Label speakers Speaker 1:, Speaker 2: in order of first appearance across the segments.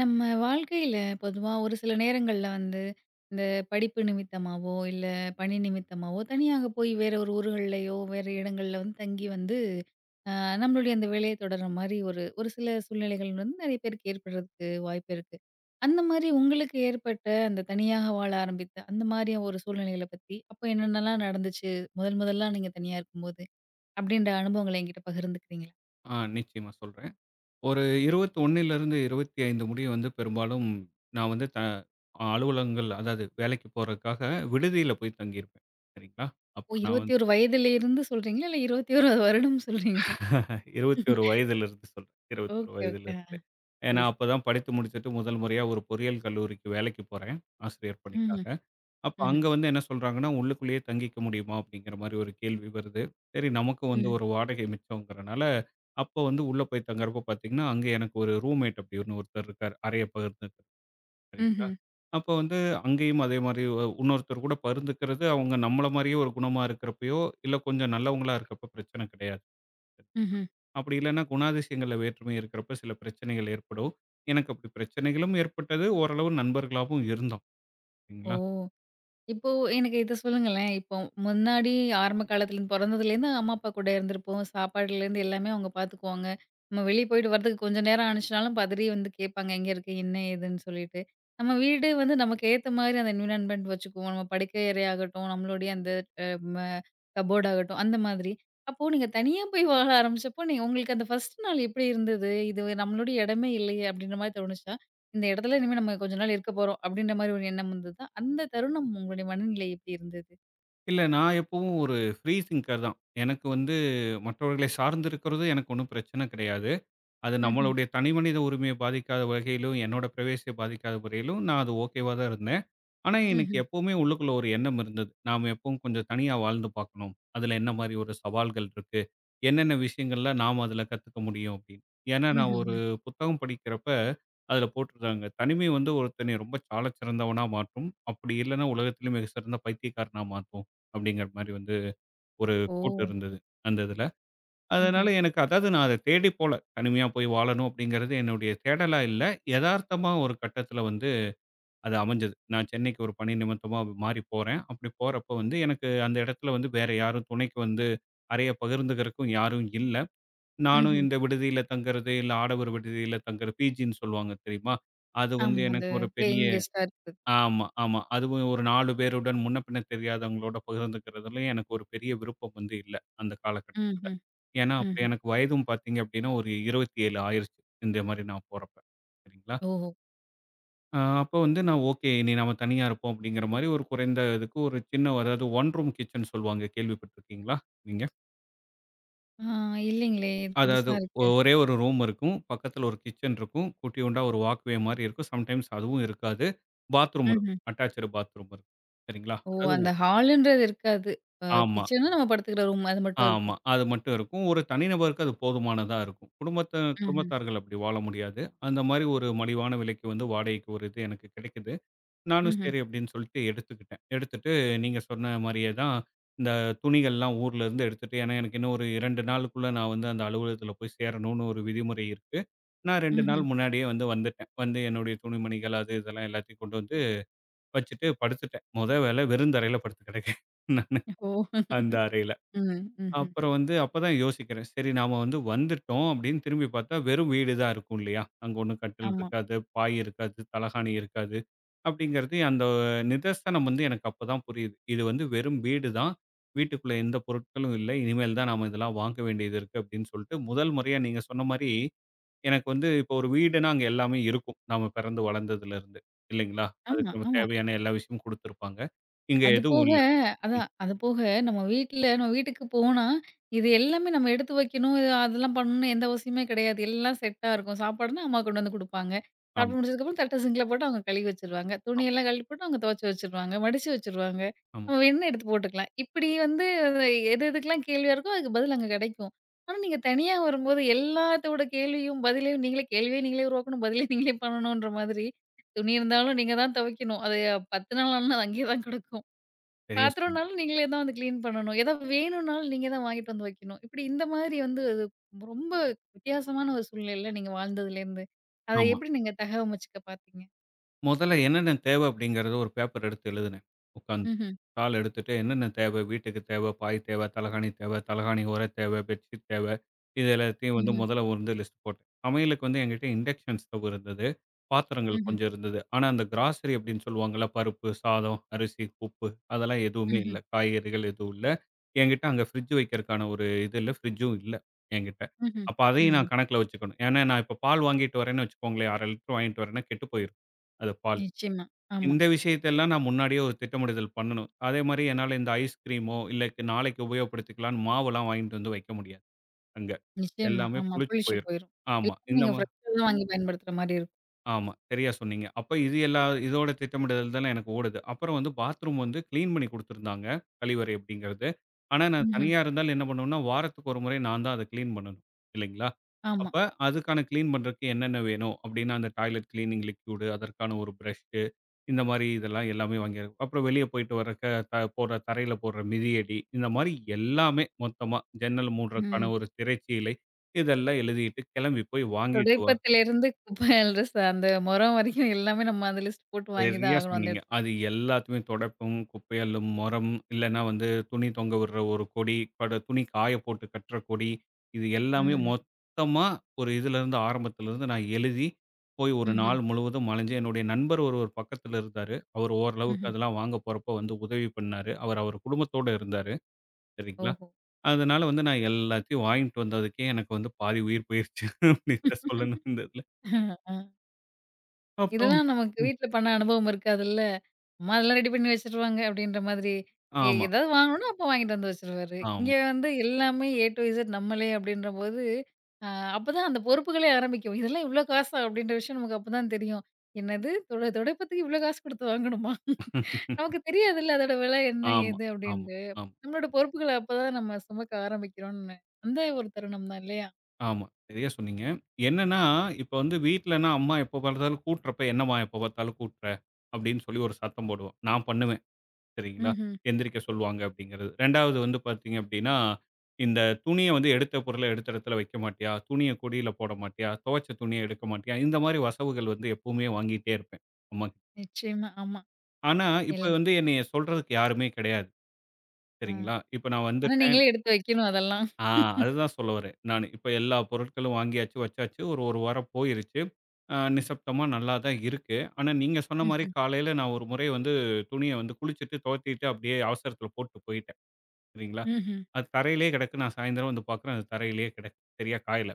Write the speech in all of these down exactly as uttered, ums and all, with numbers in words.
Speaker 1: நம்ம வாழ்க்கையில பொதுவா ஒரு சில நேரங்கள்ல வந்து, இந்த படிப்பு நிமித்தமாவோ, இல்ல பணி நிமித்தமாவோ, தனியாக போய் வேற ஒரு ஊர்கள்லயோ, வேற இடங்கள்ல வந்து தங்கி வந்து, அ நம்மளுடைய அந்த வேலைய தொடர்ற மாரி ஒரு ஒரு சில சூழ்நிலைகள் வந்து நெறைய பேருக்கு ஏற்படுறதுக்கு வாய்ப்பு இருக்கு. அந்த மாரி உங்களுக்கு ஏற்பட்ட அந்த தனியாக வாழ ஆரம்பித்த அந்த மாரி ஒரு சூழ்நிலைகள பத்தி, அப்ப என்னென்னலாம் நடந்துச்சு? முதல் முதலா நீங்க தனியா இருக்கும்போது, அப்படின்ற அனுபவங்கள என்கிட்ட பகிர்ந்துக்கிறீங்களா?
Speaker 2: ஆ நிச்சயமா சொல்றேன். ஒரு இருபத்தி ஒன்றிலிருந்து இருபத்தி ஐந்து முடிய வந்து பெரும்பாலும் நான் வந்து த அலுவலகங்கள், அதாவது வேலைக்கு போறதுக்காக விடுதியில போய் தங்கியிருப்பேன். சரிங்களா? அப்ப
Speaker 1: ஓ!
Speaker 2: நான் வந்து
Speaker 1: இருபத்தி ஒன்று வயதிலிருந்து சொல்றீங்களா? இல்ல இருபத்தி ஒன்று வருடம் சொல்றீங்களா?
Speaker 2: இருபத்தி ஒன்று வயதிலிருந்து சொல்றேன். இருபத்தி ஒன்று
Speaker 1: ஓகே, ஓகே. ஆ
Speaker 2: வயதிலிருந்து. ஏன்னா,
Speaker 1: சரி, சரி.
Speaker 2: அப்பதான் படித்து முடிச்சுட்டு முதல் முறையா ஒரு பொறியியல் கல்லூரிக்கு வேலைக்கு போறேன். ஆசிரியர் பணிக்காக.
Speaker 1: ம்ஹ்ம்.
Speaker 2: அப்ப
Speaker 1: ம்ஹ்ம்.
Speaker 2: அங்க வந்து என்ன சொல்றாங்கன்னா, உள்ளுக்குள்ளேயே தங்கிக்க முடியுமா? அப்படிங்கிற மாரி ஒரு கேள்வி வருது. சரி, நமக்கும் வந்து
Speaker 1: ம்.
Speaker 2: ஒரு வாடகை மிச்சம்ங்கிறனால, அப்போ வந்து உள்ள போய் தங்குறப்ப பார்த்தீங்கன்னா, அங்க எனக்கு ஒரு ரூம்மேட் அப்படின்னு ஒருத்தர் இருக்காரு. அறைய பகிர்ந்துக்க, சரிங்களா?
Speaker 1: ம்ஹ்ம்.
Speaker 2: அப்போ வந்து அங்கேயும் அதே மாரி ஒ இன்னொருத்தர் கூட பகிர்ந்துக்கிறது, அவங்க நம்மள மாரியே ஒரு குணமா இருக்கிறப்பயோ, இல்ல கொஞ்சம் நல்லவங்களா இருக்கப்ப பிரச்சனை கிடையாது.
Speaker 1: ம்ஹ்ம்.
Speaker 2: அப்படி இல்லன்னா குணாதிசயங்கள்ல வேற்றுமை இருக்கிறப்ப சில பிரச்சனைகள் ஏற்படும். எனக்கு அப்படி பிரச்சனைகளும் ஏற்பட்டது. ஓரளவு நண்பர்களாவும் இருந்தோம்.
Speaker 1: ஓ!
Speaker 2: சரிங்களா?
Speaker 1: இப்போ எனக்கு இத சொல்லுங்களேன். இப்போ முன்னாடி ஆரம்ப காலத்துலருந்து பொறந்ததுலேருந்து அம்மா, அப்பா கூட இருந்திருப்போம். சாப்பாடுலேருந்து எல்லாமே அவங்க பார்த்துக்குவாங்க. நம்ம வெளிய போயிட்டு வரதுக்கு கொஞ்சம் நேரம் ஆனுச்சுனாலும் பதறி வந்து கேட்பாங்க, "எங்க இருக்க? என்ன ஏதுன்னு?" சொல்லிட்டு. நம்ம வீடு வந்து நமக்கு ஏத்த மாரி அந்த என்விரான்மென்ட் வச்சுக்குவோம். நம்ம படுக்கை அறை ஆகட்டும், நம்மளுடைய அந்த அ கபோர்ட் ஆகட்டும் அந்த மாதிரி. அப்போ நீங்க தனியா போய் வாழ ஆரம்பிச்சப்போ, நீ உங்களுக்கு அந்த ஃபர்ஸ்ட் நாள் எப்படி இருந்தது? இது நம்மளுடைய இடமே இல்லையே! அப்படின்ற மாரி தோணுச்சா? இந்த இடத்துல இனிமே நம்ம கொஞ்ச நாள் இருக்க போறோம் அப்படின்ற மாரி ஒரு எண்ணம் வந்ததா? அந்த தருணம் உங்களுடைய மனநிலை எப்படி இருந்தது?
Speaker 2: இல்ல. நான் எப்பவும் ஒரு ஃப்ரீ திங்கர் தான். எனக்கு வந்து மற்றவர்களை சார்ந்து இருக்கிறது எனக்கு ஒண்ணும் பிரச்சனை கிடையாது. அது
Speaker 1: ம்ஹ்ம்.
Speaker 2: நம்மளுடைய தனிமனித உரிமையை பாதிக்காத வகையிலும், என்னோட பிரைவசிய பாதிக்காத வரையிலும் நான் அது ஓகேவா தான் இருந்தேன். ஆனா, எனக்கு
Speaker 1: ம்ஹ்ம்.
Speaker 2: எப்பவுமே உள்ளுக்குள்ள ஒரு எண்ணம் இருந்தது. நாம எப்பவும் கொஞ்சம் தனியா வாழ்ந்து பார்க்கணும். அதுல என்ன மாரி ஒரு சவால்கள் இருக்கு? என்னென்ன விஷயங்கள்ல நாம அதுல கத்துக்க முடியும் அப்படின்னு. ஏன்னா, நான் ஒரு
Speaker 1: ம்ஹ்ம்.
Speaker 2: புத்தகம் படிக்கிறப்ப, அதுல போட்டிருந்தாங்க. தனிமை வந்து ஒருத்தனை ரொம்ப சாலச் சிறந்தவனா மாற்றும். அப்படி இல்லன்னா உலகத்திலே மிகச் சிறந்த பைத்தியக்காரனா மாற்றும். அப்படிங்கிற மாரி வந்து ஒரு
Speaker 1: ஓ!
Speaker 2: கோட் இருந்தது அந்த இதுல. அதனால
Speaker 1: ம்ஹ்ம்.
Speaker 2: எனக்கு, அதாவது, நான் அத தேடிப் போல. தனிமையா போய் வாழணும் அப்படிங்கிறது என்னுடைய தேடலா இல்ல. எதார்த்தமா ஒரு கட்டத்துல வந்து அது அமைஞ்சது. நான் சென்னைக்கு ஒரு பணி நிமித்தமா மாறி போறேன். அப்படி போறப்ப வந்து எனக்கு அந்த இடத்துல வந்து வேற யாரும் துணைக்கு வந்து அறைய பகிர்ந்துக்கிறதுக்கும் யாரும் இல்ல. நானும்
Speaker 1: ம்ஹ்ம்.
Speaker 2: இந்த விடுதியில தங்குறது, இல்ல ஆடவர் விடுதியில தங்குற பிஜின்னு சொல்லுவாங்க, தெரியுமா? அது வந்து
Speaker 1: ஆமா. அந்த
Speaker 2: எனக்கு ஒரு பெரிய
Speaker 1: பேயிங் கெஸ்ட்டா இருக்குது.
Speaker 2: ஆமா, ஆமா. அதுவும் ஒரு நான்கு பேருடன் முன்ன பின்ன தெரியாதவங்களோட பகிர்ந்துக்கிறதுலயும் எனக்கு ஒரு பெரிய விருப்பம் வந்து இல்ல அந்த காலகட்டத்துல.
Speaker 1: ம்ஹ்ம்.
Speaker 2: ஏன்னா, அப்ப
Speaker 1: ம்ஹ்ம்.
Speaker 2: எனக்கு வயதும் பார்த்தீங்க அப்படின்னா ஒரு இருபத்தி ஏழு ஆயிருச்சு. இந்த மாரி நான் போறப்ப. சரிங்களா?
Speaker 1: ஓஹோ!
Speaker 2: அ அப்போ வந்து நான் ஓகே. இனி நம்ம தனியா இருப்போம் அப்படிங்கிற மாரி ஒரு குறைந்த இதுக்கு ஒரு சின்ன, அதாவது, ஒன் ரூம் கிட்சன் சொல்லுவாங்க. கேள்விப்பட்டுருக்கீங்களா நீங்க?
Speaker 1: ஆ இல்லைங்களே! இது
Speaker 2: அதாவது,
Speaker 1: புதுசா இருக்கு.
Speaker 2: ஒ- ஒரே ஒரு ரூம் இருக்கும். பக்கத்துல ஒரு கிட்சன் இருக்கும். குட்டியூண்டா ஒரு வாக்வே மாரி இருக்கும். சம்டைம்ஸ் அதுவும் இருக்காது. பாத்ரூம் இருக்கும்.
Speaker 1: ம்ஹ்ம்.
Speaker 2: அட்டாச்டு பாத்ரூம் இருக்கும். சரிங்களா?
Speaker 1: ஓ!
Speaker 2: அதாவது,
Speaker 1: அந்த ஹால்ன்றது இருக்காது. அ
Speaker 2: ஆமா,
Speaker 1: கிச்சனும் நம்ம படுத்துக்கிற ரூம் அது மட்டும்
Speaker 2: ஆமா.
Speaker 1: இருக்கும்.
Speaker 2: அது மட்டும் இருக்கும். ஒரு தனிநபருக்கு அது போதுமானதா இருக்கும். குடும்பத்த
Speaker 1: ம்ஹ்ம்.
Speaker 2: குடும்பத்தார்கள் அப்படி வாழ முடியாது. அந்த மாரி ஒரு மலிவான விலைக்கு வந்து வாடகைக்கு ஒரு இது எனக்கு கிடைக்குது. நானும்
Speaker 1: ம்ஹ்ம்.
Speaker 2: சரி அப்படின்னு சொல்லிட்டு எடுத்துக்கிட்டேன். எடுத்துட்டு நீங்க சொன்ன மாரியே தான் இந்த துணிகள்லாம் ஊர்ல இருந்து எடுத்துட்டு, ஏன்னா எனக்கு இன்னும் ஒரு இரண்டு நாளுக்குள்ள நான் வந்து அந்த அலுவலகத்தில போய் சேரணும்னு ஒரு விதிமுறை இருக்கு. நான் இரண்டு
Speaker 1: ம்ஹ்ம்.
Speaker 2: நாள் முன்னாடியே வந்து வந்துட்டேன். வந்து என்னுடைய துணிமணிகள் அது இதெல்லாம் எல்லாத்தையும் கொண்டு வந்து வச்சுட்டு படுத்துட்டேன். மொத வேலை வெறுந்தரையில படுத்து கிடக்கேன் நானு
Speaker 1: ஓ!
Speaker 2: அந்த அறையில.
Speaker 1: ம். ம்ஹ்ம்.
Speaker 2: அப்புறம் வந்து அப்பதான் யோசிக்கிறேன். சரி, நாம வந்து வந்துட்டோம் அப்படின்னு திரும்பி பார்த்தா, வெறும் வீடு தான் இருக்கும், இல்லையா? அங்க ஒண்ணும் கட்டில்
Speaker 1: ஆமா.
Speaker 2: இருக்காது, பாய் இருக்காது, தலகாணி இருக்காது. அப்படிங்கிறது அந்த நிதர்சனம் வந்து எனக்கு அப்பதான் புரியுது. இது வந்து வெறும் வீடு தான். வீட்டுக்குள்ள எந்த பொருட்களும் இல்லை. இனிமேல் தான் நாம இதெல்லாம் வாங்க வேண்டியது இருக்கு அப்படின்னு சொல்லிட்டு, முதல் முறையா நீங்க சொன்ன மாரி எனக்கு வந்து இப்போ ஒரு வீடுனா அங்க எல்லாமே இருக்கும். நாம பிறந்து வளர்ந்ததுல இருந்து இல்லைங்களா?
Speaker 1: ஆமா,
Speaker 2: அதுக்கு நமக்கு
Speaker 1: ஆமா.
Speaker 2: தேவையான எல்லா விஷயமும் குடுத்திருப்பாங்க. இங்க
Speaker 1: அது
Speaker 2: எதுவும்
Speaker 1: போக
Speaker 2: இல்ல. ம்.
Speaker 1: அதான். அது போக நம்ம வீட்ல நம்ம வீட்டுக்கு போனா, இது எல்லாமே நம்ம எடுத்து வைக்கணும், இது அதெல்லாம் பண்ணணும்னு எந்த அவசியமே கிடையாது. எல்லாம் செட்டா இருக்கும். சாப்பாடுனா அம்மா கொண்டு வந்து குடுப்பாங்க.
Speaker 2: ஆமா,
Speaker 1: சாப்பிட்டு முடிச்சதுக்கப்புறம் தட்ட சிங்க்ல போட்டு அவங்க கழுவி வச்சுருவாங்க.
Speaker 2: ஆமா,
Speaker 1: துணியெல்லாம் கழுவி போட்டு அவங்க துவைச்சு வச்சுருவாங்க. மடிச்சு வச்சுருவாங்க.
Speaker 2: ஆமா.
Speaker 1: நம்ம வேணும்னா எடுத்து போட்டுக்கலாம். இப்படி வந்து எது எதுக்கெல்லாம் கேள்வியா இருக்கோ, அதுக்கு பதில் அங்க கிடைக்கும். ஆனா நீங்க தனியா வரும்போது எல்லாத்தோட கேள்வியும், பதிலையும் நீங்களே கேள்வியே நீங்களே உருவாக்கணும், பதிலே நீங்களே பண்ணணுன்ற மாதிரி, துணி இருந்தாலும் நீங்க தான் துவைக்கணும். அது பத்து நாள் ஆனாலும் அது அங்கேயே தான் கிடக்கும்.
Speaker 2: சரியா சொன்னீங்க.
Speaker 1: பாத்திரம்னாலும் நீங்களே தான் வந்து கிளீன் பண்ணணும். ஏதாவது வேணும்னாலும் நீங்க தான் வாங்கிட்டு வந்து வைக்கணும். இப்படி இந்த மாதிரி வந்து அது ரொம்ப வித்தியாசமான ஒரு சூழ்நிலையில நீங்க வாழ்ந்ததுலேருந்து, அத
Speaker 2: ஆமா.
Speaker 1: எப்படி நீங்க தகவமைச்சுக்க பாத்தீங்க?
Speaker 2: முதல்ல என்னென்ன தேவை அப்படிங்கிறத ஒரு பேப்பர் எடுத்து எழுதினேன் உட்காந்து.
Speaker 1: ம்ஹ்ம்.
Speaker 2: தாள் எடுத்துட்டு என்னென்ன தேவை? வீட்டுக்கு தேவை, பாய் தேவை, தலகாணி தேவை, தலகாணி உறை தேவை, பெட்ஷீட் தேவை. இது எல்லாத்தையும் வந்து
Speaker 1: ம்ஹ்ம்.
Speaker 2: முதல்ல வந்து லிஸ்ட் போட்டேன். சமையலுக்கு வந்து என்கிட்ட இண்டக்ஷன் ஸ்டவ் இருந்தது. பாத்திரங்கள்
Speaker 1: ம்ஹ்ம்.
Speaker 2: கொஞ்சம் இருந்தது. ஆனா, அந்த கிராசரி அப்படின்னு சொல்லுவாங்கல்ல, பருப்பு, சாதம், அரிசி, உப்பு அதெல்லாம் எதுவுமே இல்ல.
Speaker 1: ம்ஹ்ம்.
Speaker 2: காய்கறிகள் எதுவும் இல்ல. என்கிட்ட அங்க ஃப்ரிட்ஜ் வைக்கிறதுக்கான ஒரு இது இல்ல. ஃப்ரிட்ஜும் இல்ல என்கிட்ட.
Speaker 1: ம்ஹ்ம்.
Speaker 2: அப்ப அதையும்
Speaker 1: ம்ஹ்ம்.
Speaker 2: நான் கணக்குல வச்சுக்கணும். ஏன்னா, நான் இப்ப பால் வாங்கிட்டு வரேன்னு வச்சுக்கோங்களேன், அரை லிட்டர் வாங்கிட்டு வரேன்னா கெட்டுப் போயிரும். அது பால்.
Speaker 1: நிச்சயமா. ஆமா.
Speaker 2: இந்த விஷயத்தெல்லாம் நான் முன்னாடியே ஒரு திட்டமிடுதல் பண்ணணும். அதே மாரி என்னால இந்த ஐஸ்கிரீமோ, இல்ல நாளைக்கு உபயோகப்படுத்திக்கலாம்ன்னு மாவெல்லாம் வாங்கிட்டு வந்து வைக்க முடியாது அங்க.
Speaker 1: நிச்சயமா.
Speaker 2: எல்லாமே
Speaker 1: ஆமா.
Speaker 2: புளிச்சு
Speaker 1: புளிச்சு
Speaker 2: போயிரும்.
Speaker 1: போயிரும்.
Speaker 2: ஆமா.
Speaker 1: எல்லாமே
Speaker 2: இந்த
Speaker 1: நீங்க
Speaker 2: மா
Speaker 1: ஃப்ரெஷ்ஷா தான் வாங்கி பயன்படுத்துற மாரி இருக்கும்.
Speaker 2: ஆமா. சரியா சொன்னீங்க. அப்ப இது எல்லா இதோட திட்டமிடுதல் தானே எனக்கு ஓடுது. அப்புறம் வந்து பாத்ரூம் வந்து கிளீன் பண்ணி குடுத்துருந்தாங்க. கழிவறை அப்படிங்கிறது. ஆனா, நான்
Speaker 1: ம்ஹ்ம்.
Speaker 2: தனியா இருந்தாலும் என்ன பண்ணுவேன்னா, வாரத்துக்கு ஒரு முறை நான் தான் அத கிளீன் பண்ணணும். இல்லைங்களா?
Speaker 1: ஆமா.
Speaker 2: அப்ப அதுக்கான கிளீன் பண்றதுக்கு என்னென்ன வேணும்? அப்படின்னா, அந்த டாய்லெட் கிளீனிங் லிக்விட், அதற்கான ஒரு பிரஷ்ஷு, இந்த மாரி இதெல்லாம், எல்லாமே வாங்கிரு. அப்புறம் வெளிய போயிட்டு வர்றக்க த போடுற, தரையில போடுற மிதியடி, இந்த மாரி எல்லாமே மொத்தமா, ஜன்னல் மூடுறதுக்கான
Speaker 1: ம்.
Speaker 2: ஒரு திரைச்சீலை, இதெல்லாம் எழுதிட்டு கிளம்பி போய் வாங்கிட்டு,
Speaker 1: துடைப்பத்திலிருந்து குப்பை அள்ளுற ச அந்த மொறம் வரைக்கும் எல்லாமே நம்ம அந்த லிஸ்ட் போட்டு வாங்கி தான்
Speaker 2: சரியா
Speaker 1: ஆகணும் அந்த
Speaker 2: சொன்னீங்க.
Speaker 1: இடத்துல.
Speaker 2: அது எல்லாத்தையுமே துடைப்பும், குப்பை அள்ளும் மொறம், இல்லன்னா வந்து துணி தொங்க விடுற ஒரு கொடி, பட துணி காய போட்டு கட்டுற கொடி, இது எல்லாமே
Speaker 1: ம்ஹ்ம்.
Speaker 2: மொத்தமா ஒரு இதுலேருந்து, ஆரம்பத்துலேருந்து நான் எழுதி, போய் ஒரு
Speaker 1: ம்ஹ்ம்.
Speaker 2: நாள் முழுவதும் அலைஞ்சு. என்னுடைய நண்பர் ஒருவர் பக்கத்துல இருந்தாரு. அவர் ஓரளவுக்கு
Speaker 1: ம்ஹ்ம்.
Speaker 2: அதெல்லாம் வாங்க போறப்போ வந்து உதவி பண்ணாரு. அவர் அவர் குடும்பத்தோட இருந்தாரு. சரிங்களா?
Speaker 1: ஓஹோ!
Speaker 2: அதனால வந்து நான் எல்லாத்தையும் வாங்கிட்டு வந்ததுக்கே எனக்கு வந்து பாதி உயிர் போயிருச்சு அப்படின்னு தான் சொல்லணும் இந்த இதுல. அப்புறம்
Speaker 1: இதெல்லாம் நமக்கு
Speaker 2: ம்.
Speaker 1: வீட்ல பண்ண அனுபவம் இருக்காதுல்ல. அம்மா அதெல்லாம் ரெடி பண்ணி வச்சுருவாங்க அப்டின்ற மாதிரி. எ
Speaker 2: ஆமா,
Speaker 1: ஏதாவது வாங்கணும்னா அப்பா வாங்கிட்டு வந்து வச்சுருவாரு. இங்க
Speaker 2: ஆமா.
Speaker 1: வந்து எல்லாமே ஏ டூ இசட் நம்மளே அப்டின்றபோது, அ அப்பதான் அந்த பொறுப்புகளே ஆரம்பிக்கும். இதெல்லாம் இவ்ளோ காசா? அப்டின்ற விஷயம் நமக்கு அப்பதான் தெரியும். என்னது துடை துடைப்பத்துக்கு இவ்ளோ காசு குடுத்து வாங்கணுமா? நமக்கு தெரியாதுல்ல அதோட விலை என்ன?
Speaker 2: ஆமா,
Speaker 1: ஏது?
Speaker 2: ஆமா,
Speaker 1: அப்டின்ட்டு.
Speaker 2: ஆமா,
Speaker 1: நம்மளோட பொறுப்புகள அப்பதான் நம்ம சுமக்க ஆரம்பிக்கிறோம்னு. அந்த ஒரு தருணம் தான் இல்லையா?
Speaker 2: ஆமா. சரியா சொன்னீங்க. என்னன்னா, இப்ப வந்து வீட்லனா அம்மா எப்ப பார்த்தாலும் கூட்டுறப்ப, "என்னம்மா எப்ப பார்த்தாலும் கூட்டுற?" அப்படின்னு சொல்லி ஒரு சத்தம் போடுவோம். நான் பண்ணுவேன், சரிங்களா?
Speaker 1: ம்ஹ்ம்.
Speaker 2: எந்திரிக்க சொல்லுவாங்க அப்படிங்கிறது. இரண்டாவது வந்து பார்த்தீங்க அப்படின்னா, இந்த துணிய வந்து எடுத்த பொருள எடுத்த இடத்துல வைக்க மாட்டியா? துணிய கொடியில போட மாட்டியா? துவைச்ச துணிய எடுக்க மாட்டியா? இந்த மாரி வசவுகள் வந்து எப்பவுமே வாங்கிட்டே இருப்பேன் அம்மாகிட்ட.
Speaker 1: நிச்சயமா. ஆமா.
Speaker 2: ஆனா, இப்ப
Speaker 1: எல்
Speaker 2: வந்து என்னைய சொல்றதுக்கு யாருமே கிடையாது.
Speaker 1: அ.
Speaker 2: சரிங்களா? இப்ப நான்
Speaker 1: ஆனா
Speaker 2: வந்துட்டேன்.
Speaker 1: நீங்களே எடுத்து வைக்கணும் அதெல்லாம்.
Speaker 2: ஆ அதுதான் சொல்ல வரேன். நானு. இப்ப எல்லா பொருட்களும் வாங்கியாச்சு, வச்சாச்சு. ஒரு 1 வாரம் போயிருச்சு. அ நிசப்தமா நல்லா தான் இருக்கு. ஆனா, நீங்க சொன்ன மாரி காலையில நான் ஒரு முறை வந்து துணிய வந்து குளிச்சுட்டு, துவத்திட்டு அப்படியே அவசரத்துல போட்டு போயிட்டேன். சரிங்களா?
Speaker 1: ம்ஹ்ம்.
Speaker 2: அது தரையிலேயே கிடக்கு. நான் சாயந்தரம் வந்து பார்க்குறேன், அது தரையிலேயே கிடக்கு. சரியா காயல.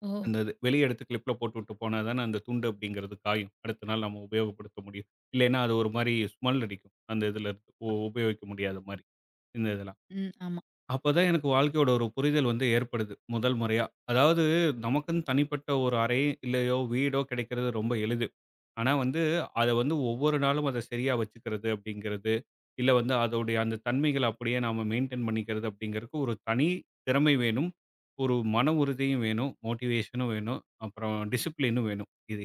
Speaker 1: ஓ!
Speaker 2: அந்த இது வெளிய எடுத்து கிளிப்ல போட்டுவிட்டு போனா தானே அந்த துண்டு அப்படிங்கிறது காயும். அடுத்த நாள் நம்ம உபயோகப்படுத்த முடியும். இல்லைன்னா அது ஒரு மாரி ஸ்மெல் அடிக்கும் அந்த இதுல. உபயோகிக்க முடியாத மாரி, இந்த இதுல.
Speaker 1: ம். ஆமா.
Speaker 2: அப்பதான் எனக்கு வாழ்க்கையோட ஒரு புரிதல் வந்து ஏற்படுது முதல் முறையா. அதாவது, நமக்குன்னு தனிப்பட்ட ஒரு அறை, இல்லையோ வீடோ கிடைக்கிறது ரொம்ப எளிது. ஆனா வந்து அத வந்து ஒவ்வொரு நாளும் அத சரியா வச்சுக்கிறது அப்படிங்கிறது, இல்ல வந்து அதோடைய அந்த தன்மைகள அப்படியே நாம மெயின்டெயின் பண்ணிக்கிறது அப்படிங்கிறதுக்கு ஒரு தனி திறமை வேணும். ஒரு மன உறுதியும் வேணும், மோட்டிவேஷனும் வேணும், அப்புறம் டிசிப்ளினும் வேணும். இது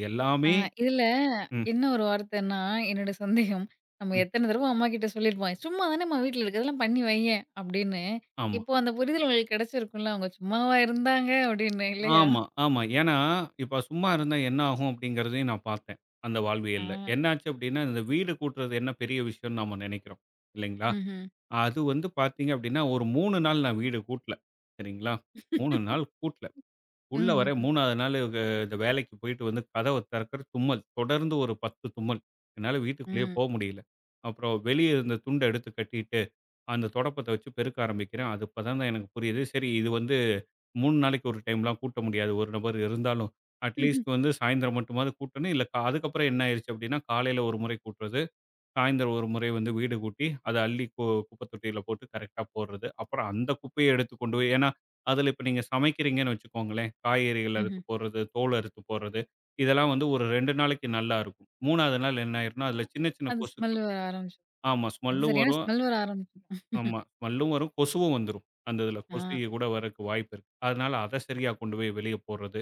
Speaker 1: ஆ
Speaker 2: எல்லாமே
Speaker 1: இதுல
Speaker 2: ம்,
Speaker 1: என்ன ஒரு வார்த்தைன்னா, என்னோட சந்தேகம். நம்ம
Speaker 2: ம்.
Speaker 1: எத்தன தடவ அம்மாகிட்ட சொல்லியிருப்போம். "சும்மா தானேம்மா வீட்ல இருக்கு. அதெல்லாம் பண்ணி வையேன்" அப்படின்னு.
Speaker 2: ஆமா.
Speaker 1: இப்போ அந்த புரிதல் உங்களுக்கு கிடைச்சிருக்கும்ல. அவங்க சும்மாவா இருந்தாங்க அப்படின்னு இல்லையா?
Speaker 2: ஆமா, ஆமா. ஏன்னா, இப்ப சும்மா இருந்தா என்ன ஆகும் அப்படிங்கிறதையும் நான் பார்த்தேன் அந்த வாழ்வியல்ல.
Speaker 1: ஆ.
Speaker 2: என்னாச்சு அப்படின்னா, இந்த வீடு கூட்டுறது என்ன பெரிய விஷயம்னு நாம நெனைக்கிறோம். இல்லைங்களா?
Speaker 1: ம்ஹ்ம்.
Speaker 2: அது வந்து பார்த்தீங்க அப்படின்னா, ஒரு மூன்று நாள் நான் வீடு கூட்டல. சரிங்களா? மூன்று நாள் கூட்டல. உள்ள
Speaker 1: ம்ஹ்ஹ்ம்.
Speaker 2: வரேன்
Speaker 1: ம்.
Speaker 2: மூன்றாவது நாள், க இந்த வேலைக்கு போயிட்டு வந்து, கதவ திறக்கிற தும்மல். தொடர்ந்து ஒரு பத்து தும்மல். என்னால வீட்டுக்குள்ளேயே
Speaker 1: ம்.
Speaker 2: போ முடியல. அப்புறம் வெளிய இருந்த துண்ட எடுத்து கட்டிட்டு அந்த துடைப்பத்த வச்சு பெருக்க ஆரம்பிக்கிறேன். அது அப்பதான் தான் எனக்கு புரியுது. சரி இது வந்து மூன்று நாளைக்கு ஒரு டைம்லாம் கூட்ட முடியாது. ஒரு நபர் இருந்தாலும்.
Speaker 1: ம்ஹ்ம்.
Speaker 2: அட்லீஸ்ட் வந்து சாயந்திரம் மட்டுமாவது கூட்டணும். இல்ல கா அதுக்கப்புறம் என்ன ஆயிருச்சு அப்டின்னா, காலையில ஒரு முறை கூட்டுறது. சாயந்திரம் ஒரு முறை வந்து வீடு கூட்டி, அத அள்ளி கு குப்பை தொட்டியில போட்டு கரெக்ட்டா போடுறது. அப்புறம் அந்த குப்பைய எடுத்து கொண்டு போய், ஏன்னா, அதில இப்ப நீங்க சமைக்கிறீங்கன்னு வச்சுக்கோங்களேன், காய்கறிகள் அறுத்து
Speaker 1: ம்ஹ்ம்.
Speaker 2: போடுறது, தோல் அறுத்து போடுறது. இதெல்லாம் வந்து ஒரு இரண்டு நாளைக்கு நல்லா இருக்கும். மூன்றாவது நாள் என்ன ஆயிரும்னா, அதில சின்ன சின்ன
Speaker 1: அது ஸ்மெல்
Speaker 2: கொசுக்கள்.
Speaker 1: வர ஆரம்பிச்சுரும்.
Speaker 2: ஆமா.
Speaker 1: அது
Speaker 2: ஸ்மெல்லும்
Speaker 1: சரியான
Speaker 2: வரும்.
Speaker 1: ஸ்மெல் வர ஆரம்பிச்சுரும்.
Speaker 2: ஆமா. ஸ்மெல்லும் வரும், கொசுவும் வந்துரும். அந்த இதுல
Speaker 1: ஆ.
Speaker 2: கொசு கூட வரக்கு வாய்ப்பு இருக்கு. அதனால அத சரியா கொண்டு போய் வெளிய போடுறது.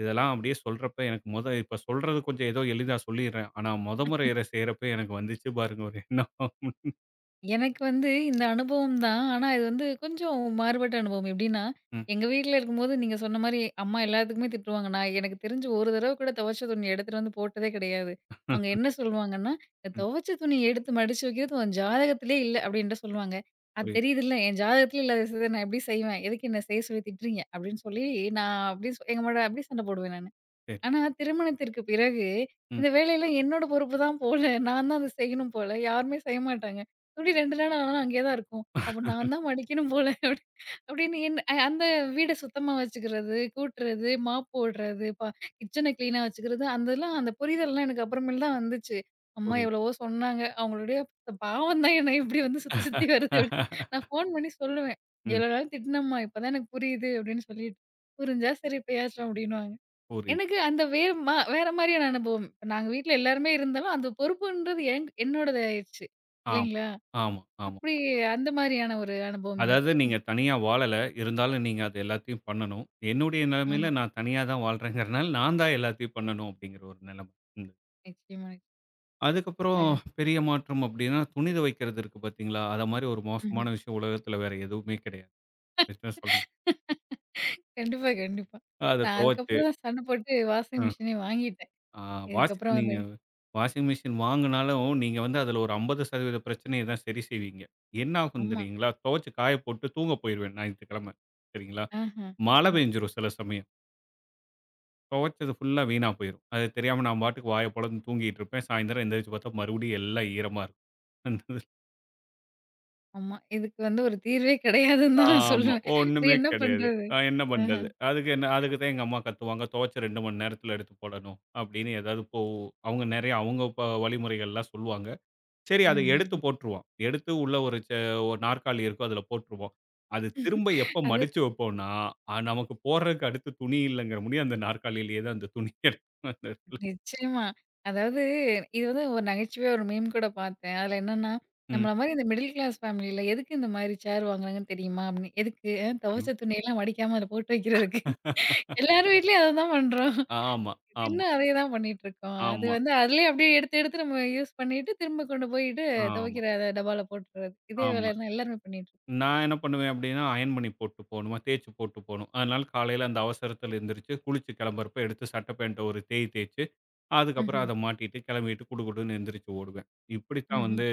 Speaker 2: இதெல்லாம் அப்படியே சொல்றப்ப எனக்கு மொத, இப்ப சொல்றது கொஞ்சம் ஏதோ எளிதா சொல்லிர்றேன். ஆனா மொத முறை இத செய்றப்ப எனக்கு வந்துச்சு பாருங்க ஒரு எண்ணம்.
Speaker 1: எனக்கு வந்து இந்த அனுபவம் தான். ஆனா இது வந்து கொஞ்சம் மாறுபட்ட அனுபவம். எப்படின்னா,
Speaker 2: ம்,
Speaker 1: எங்க வீட்ல இருக்கும்போது நீங்க சொன்ன மாரி அம்மா எல்லாத்துக்குமே திட்டுவாங்க. நான் எனக்கு தெரிஞ்சு ஒரு தடவ கூட துவைச்ச துணி எடுத்துட்டு வந்து போட்டதே கிடையாது.
Speaker 2: ம்,
Speaker 1: அவங்க என்ன சொல்லுவாங்கன்னா, "இந்த
Speaker 2: ம்.
Speaker 1: "துவைச்ச துணிய எடுத்து மடிச்சு வைக்கிறது உன் ஜாதகத்திலே இல்ல" அப்படின்ட்டு சொல்லுவாங்க. "அது
Speaker 2: புரியுது.
Speaker 1: தெரியுதுல்ல, என் ஜாதகத்திலே இல்லாத விஷயத்த நான் எப்படி செய்வேன்? எதுக்கு என்ன செய்ய சொல்லி திட்டுறீங்க?" அப்படின்னு சொல்லி நான் அப்படி எங்க அம்மாட்ட அப்படி சண்டை போடுவேன் நானு.
Speaker 2: சரி.
Speaker 1: ஆனா, திருமணத்திற்கு பிறகு
Speaker 2: ம்.
Speaker 1: இந்த வேலையெல்லாம் என்னோட பொறுப்பு தான் போல. நான் தான் அத செய்யணும் போல. யாருமே செய்ய மாட்டாங்க. "எப்டி ரெண்டு நாள் ஆனாலும் அங்கேயே தான் இருக்கும். அப்ப நான் தான் மடிக்கணும் போல." அப்டி அப்டின்னு என் அ அந்த வீட சுத்தமா வச்சுக்கிறது, கூட்டுறது, மாப் போடுறது, ப கிச்சன கிளீனா வச்சுக்கிறது, அந்தெல்லாம் அந்த புரிதல்லாம் எனக்கு அப்புறமேல் தான் வந்துச்சு. அம்மா
Speaker 2: புரியுது.
Speaker 1: எவ்வளவோ சொன்னாங்க. அவங்களுடைய பாவம் தான் என்ன இப்டி வந்து சுத்தி சுத்தி வருது அப்டி. நான் ஃபோன் பண்ணி சொல்லுவேன்.
Speaker 2: ம்.
Speaker 1: "இவ்ளோ நாள் திட்டினம்மா, இப்ப தான் எனக்கு புரியுது" அப்டின்னு சொல்லிட்டு. "புரிஞ்சா சரிப்பயாச்சும்" அப்டின்னுவாங்க.
Speaker 2: புரியுது.
Speaker 1: எனக்கு அந்த வேற மா வேற மாரியான அனுபவம். இப்ப நாங்க வீட்ல எல்லாருமே இருந்தாலும், அந்த பொறுப்புன்றது என் என்னோடது ஆயிருச்சு.
Speaker 2: ஆமா,
Speaker 1: இல்லைங்களா?
Speaker 2: ஆமா, ஆமா.
Speaker 1: அப்படி அந்த மாரியான ஒரு அனுபவம்
Speaker 2: அதாவது
Speaker 1: எனக்கு.
Speaker 2: நீங்க தனியா வாழல. இருந்தாலும் நீங்க அது எல்லாத்தையும் பண்ணணும். என்னுடைய
Speaker 1: ஆமா.
Speaker 2: நிலைமையில நான் தனியா தான் வாழ்றேங்கிறனால, நான் தான் எல்லாத்தையும் பண்ணணும் அப்படிங்கிற ஒரு நிலைமை. இந்த
Speaker 1: நிச்சயமா,
Speaker 2: அதுக்கப்புறம்
Speaker 1: நிச்சயமாக.
Speaker 2: பெரிய மாற்றம் அப்படின்னா, துணி துவைக்கிறது இருக்கு, பார்த்தீங்களா? அத மாரி ஒரு
Speaker 1: ம்ஹ்ம்.
Speaker 2: மோசமான விஷயம் உலகத்தில வேற எதுவுமே கிடையாது. என்ன சொல்றது?
Speaker 1: கண்டிப்பா, கண்டிப்பா.
Speaker 2: அத
Speaker 1: நான்
Speaker 2: துவைச்சு
Speaker 1: அதுக்கப்புறம் தான் சண்டை போட்டு வாஷிங்
Speaker 2: ம்.
Speaker 1: மிஷினே வாங்கிட்டேன்.
Speaker 2: ஆ வாஷிங்
Speaker 1: இதுக்கப்புறம்
Speaker 2: நீங்க
Speaker 1: வந்து
Speaker 2: வாஷிங் மிஷின் வாங்குனாலும், நீங்க வந்து அதில ஒரு ஐம்பது சதவீதம் பிரச்சனைய தான் சரி செய்வீங்க. என்ன ஆகும்
Speaker 1: ஆமா.
Speaker 2: தெரியுங்களா? துவைச்சு காய போட்டு தூங்க போயிருவேன் ஞாயித்துக்கிழமை. சரிங்களா?
Speaker 1: ஆஹா,
Speaker 2: மழை
Speaker 1: ஆஹா.
Speaker 2: பெஞ்சிரும் சில சமயம். துவைச்சது ஃபுல்லா வீணா போயிரும். அது தெரியாம நான் பாட்டுக்கு வாய பொளந்து தூங்கிட்டு இருப்பேன். சாயந்தரம் எந்திரிச்சு பார்த்தா மறுபடியும் எல்லாம் ஈரமா இருக்கும்.
Speaker 1: ஆமா. இதுக்கு வந்து ஒரு தீர்வே கிடையாதுன்னு தான் நான்
Speaker 2: ஆமா.
Speaker 1: சொல்லுவேன். இது
Speaker 2: ஒண்ணுமே
Speaker 1: என்ன
Speaker 2: கிடையாது.
Speaker 1: பண்றது?
Speaker 2: அ என்ன
Speaker 1: ஆஹா.
Speaker 2: பண்றது? அதுக்கு என்ன, அதுக்கு தான் எங்க அம்மா கத்துவாங்க. துவைச்சு இரண்டு மணி நேரத்துல எடுத்து போடணும் அப்படின்னு ஏதாவது இப்போ, அவங்க நிறைய அவங்க ப வழிமுறைகள்லாம் சொல்லுவாங்க. சரி,
Speaker 1: ம்,
Speaker 2: அத
Speaker 1: ம்,
Speaker 2: எடுத்து
Speaker 1: ம்.
Speaker 2: போட்டுருவோம். எடுத்து உள்ள ஒரு ச ஒரு நாற்காலி இருக்கும். அதுல போட்டுருவோம். அது திரும்ப எப்ப
Speaker 1: அது
Speaker 2: மடிச்சு வைப்போம்னா, அ நமக்கு போடுறதுக்கு அடுத்து துணி இல்லங்கிற முடிய அந்த நாற்காலியிலேயே தான் அந்த துணி இருக்கும் அந்த இடத்துல.
Speaker 1: நிச்சயமா. அதாவது இது வந்து ஒரு நகைச்சுவையா ஒரு மீம் கூட பார்த்தேன். அதுல என்னன்னா,
Speaker 2: ம்.
Speaker 1: நம்மள மாரி இந்த மிடில் கிளாஸ் ஃபேமிலில எதுக்கு இந்த மாரி சேர் வாங்குறாங்கன்னு தெரியுமா? அப்படின்னு. எதுக்கு? அ துவச்ச துணியெல்லாம் மடிக்காம அதுல போட்டு வைக்கிறதுக்கு.
Speaker 2: ம்.
Speaker 1: எல்லார் வீட்லயும் அததான் பண்றோம்.
Speaker 2: ஆமா, ஆமா,
Speaker 1: இன்னும் அதே தான் பண்ணிட்டுருக்கோம். அது
Speaker 2: ஆமா,
Speaker 1: வந்து அதுலயே அப்படியே எடுத்து எடுத்து நம்ம யூஸ் பண்ணிட்டு, திரும்ப கொண்டு போயிட்டு
Speaker 2: ஆமா,
Speaker 1: துவைக்கிற அத டப்பால போட்டுறது. இதே
Speaker 2: ஆமா.
Speaker 1: வேலைய தான் எல்லாருமே பண்ணிட்டுருக்கோம்.
Speaker 2: நான் என்ன பண்ணுவேன் அப்படின்னா, அயர்ன் பண்ணி போட்டு போகணுமா, தேய்ச்சு போட்டு போணும். அதனால காலையில அந்த அவசரத்துல எந்திரிச்சு, குளிச்சு கிளம்புறப்ப எடுத்து சட்டை, பேண்ட்ட ஒரு தேய் தேய்ச்சு, அதுக்கப்புறம்
Speaker 1: ம்ஹ்ம்.
Speaker 2: அத மாட்டிட்டு கிளம்பிட்டு குடுகுடுன்னு எந்திரிச்சு ஓடுவேன். இப்படித்தான்
Speaker 1: ம்ஹ்ம்.
Speaker 2: வந்து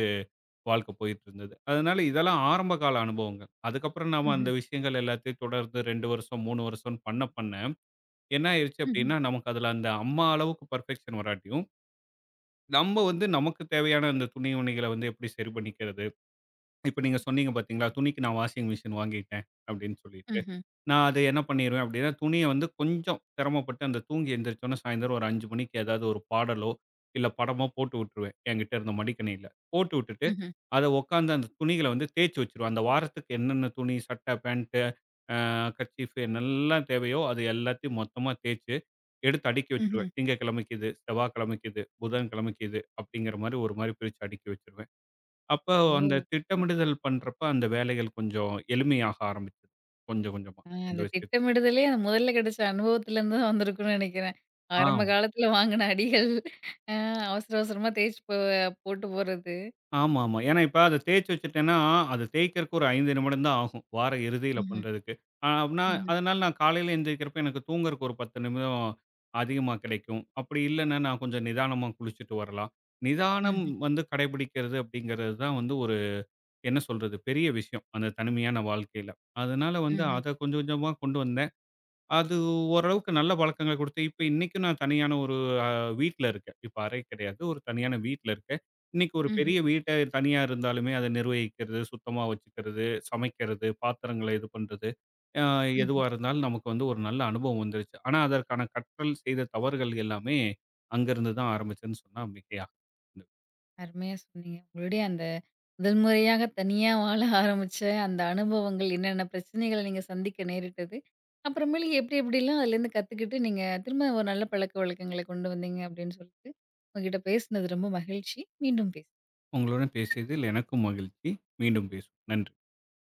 Speaker 2: வாழ்க்கை போயிட்டு இருந்தது. அதனால இதெல்லாம் ஆரம்ப கால அனுபவங்கள். அதுக்கப்புறம் நாம அந்த
Speaker 1: ம்ஹ்ம்.
Speaker 2: விஷயங்கள் எல்லாத்தையும் தொடர்ந்து இரண்டு வருஷம், மூன்று வருஷம்னு பண்ண பண்ண என்ன ஆயிருச்சு
Speaker 1: ம்ஹ்ம்.
Speaker 2: அப்படின்னா, நமக்கு அதுல அந்த அம்மா அளவுக்கு பெர்ஃபெக்ஷன் வராட்டியும், நம்ம வந்து நமக்கு தேவையான அந்த துணி, மணிகளை வந்து எப்படி சரி பண்ணிக்கிறது? இப்ப நீங்க சொன்னீங்க பார்த்தீங்களா, துணிக்கு நான் வாஷிங் மிஷின் வாங்கிட்டேன் அப்படின்னு சொல்லிட்டு.
Speaker 1: ம்ஹ்ம்.
Speaker 2: நான் அத என்ன பண்ணிருவேன் அப்படின்னா, துணிய வந்து கொஞ்சம் சிரமப்பட்டு, அந்த தூங்கி எந்திரிச்சோனே சாயந்தரம் ஒரு ஐந்து மணிக்கு ஏதாவது ஒரு பாடலோ, இல்ல படமோ போட்டு விட்டுருவேன் என்கிட்ட இருந்த மடிக்கணினில. போட்டு விட்டுட்டு,
Speaker 1: ம்ஹ்ம்.
Speaker 2: அத உட்காந்து அந்த துணிகள வந்து தேய்ச்சு வச்சுருவேன். அந்த வாரத்துக்கு என்னென்ன துணி, சட்டை, பேண்ட்டு, அ கர்ச்சீஃப் என்னெல்லாம் தேவையோ, அது எல்லாத்தையும் மொத்தமா தேய்ச்சு, எடுத்து அடுக்கி வச்சுருவேன்.
Speaker 1: ம்ஹ்ம்.
Speaker 2: திங்கட்கிழமைக்கு இது, செவ்வாய்க்கிழமைக்கு இது, புதன்கிழமைக்கு இது அப்படிங்கிற மாரி ஒரு மாரி பிரிச்சு அடுக்கி வச்சுருவேன். அப்போ அந்த
Speaker 1: ஓ!
Speaker 2: திட்டமிடுதல் பண்றப்ப அந்த வேலைகள் கொஞ்சம் எளிமையாக ஆரம்பிச்சது. கொஞ்சம் கொஞ்சமா.
Speaker 1: ஆ
Speaker 2: அந்த
Speaker 1: அந்த
Speaker 2: விஷயத்
Speaker 1: திட்டமிடுதலே அந்த முதல்ல கிடைச்ச அனுபவத்துலேருந்து தான் வந்திருக்கும்னு நினைக்கிறேன். ஆரம்ப
Speaker 2: ஆமா.
Speaker 1: காலத்துல வாங்குன அடிகள், அ அவசர அவசரமா தேய்ச்சு போ போட்டு போறது.
Speaker 2: ஆமா, ஆமா. ஏன்னா இப்ப அத தேய்ச்சு வச்சுட்டேன்னா, அது தேய்க்கிறக்கு ஒரு ஐந்து நிமிடம் தான் ஆகும் வார இறுதியில
Speaker 1: ம்ஹ்ம்,
Speaker 2: பண்றதுக்கு. அ அப்பனா
Speaker 1: ம்ஹ்ம்,
Speaker 2: அதனால நான் காலையில எந்திரிக்கிறப்ப எனக்கு தூங்குறக்கு ஒரு பத்து நிமிடம் அதிகமா கிடைக்கும். அப்படி இல்லன்னா, நான் கொஞ்சம் நிதானமா குளிச்சுட்டு வரலாம். நிதானம்
Speaker 1: ம்ஹ்ம்,
Speaker 2: வந்து கடைபிடிக்கிறது அப்படிங்கிறது தான் வந்து ஒரு, என்ன சொல்றது, பெரிய விஷயம் அந்த தனிமையான வாழ்க்கையில. அதனால வந்து
Speaker 1: ம்ஹ்ம்,
Speaker 2: அத கொஞ்சம் கொஞ்சமா கொண்டு வந்தேன். அது ஓரளவுக்கு நல்ல பழக்கங்கள குடுத்து, இப்ப இன்னைக்கும் நான் தனியான ஒரு அ வீட்ல இருக்கேன். இப்ப அறை கிடையாது. ஒரு தனியான வீட்ல இருக்கேன். இன்னைக்கு ஒரு
Speaker 1: ம்ஹ்ம்,
Speaker 2: பெரிய வீட்ட தனியா இருந்தாலுமே, அத நிர்வகிக்கிறது, சுத்தமா வச்சுக்கிறது, சமைக்கிறது, பாத்திரங்கள இது பண்றது, அ எதுவா
Speaker 1: ம்ஹ்ம்.
Speaker 2: இருந்தாலும் நமக்கு வந்து ஒரு நல்ல அனுபவம் வந்துருச்சு. ஆனா, அதற்கான கற்றல், செய்த தவறுகள் எல்லாமே அங்கருந்து தான் ஆரம்பிச்சதுன்னு சொன்னா மிகையாகும்.
Speaker 1: அருமையா சொன்னீங்க. உங்களுடைய அந்த முதல் முறையாக தனியா வாழ ஆரம்பிச்ச அந்த அனுபவங்கள், என்னென்ன பிரச்சனைகள நீங்க சந்திக்க நேரிட்டது, அப்புறமேலு எப்டி எப்டிலாம் அதுலேருந்து கத்துக்கிட்டு நீங்க திரும்ப ஒரு நல்ல பழக்கவழக்கங்கள கொண்டு வந்தீங்க அப்டின்னு சொல்லிட்டு, உங்ககிட்ட பேசினது ரொம்ப மகிழ்ச்சி. மீண்டும் பேசலாம்.
Speaker 2: உங்களுடன் பேசியதில் எனக்கும் மகிழ்ச்சி. மீண்டும் பேசுவோம். நன்றி.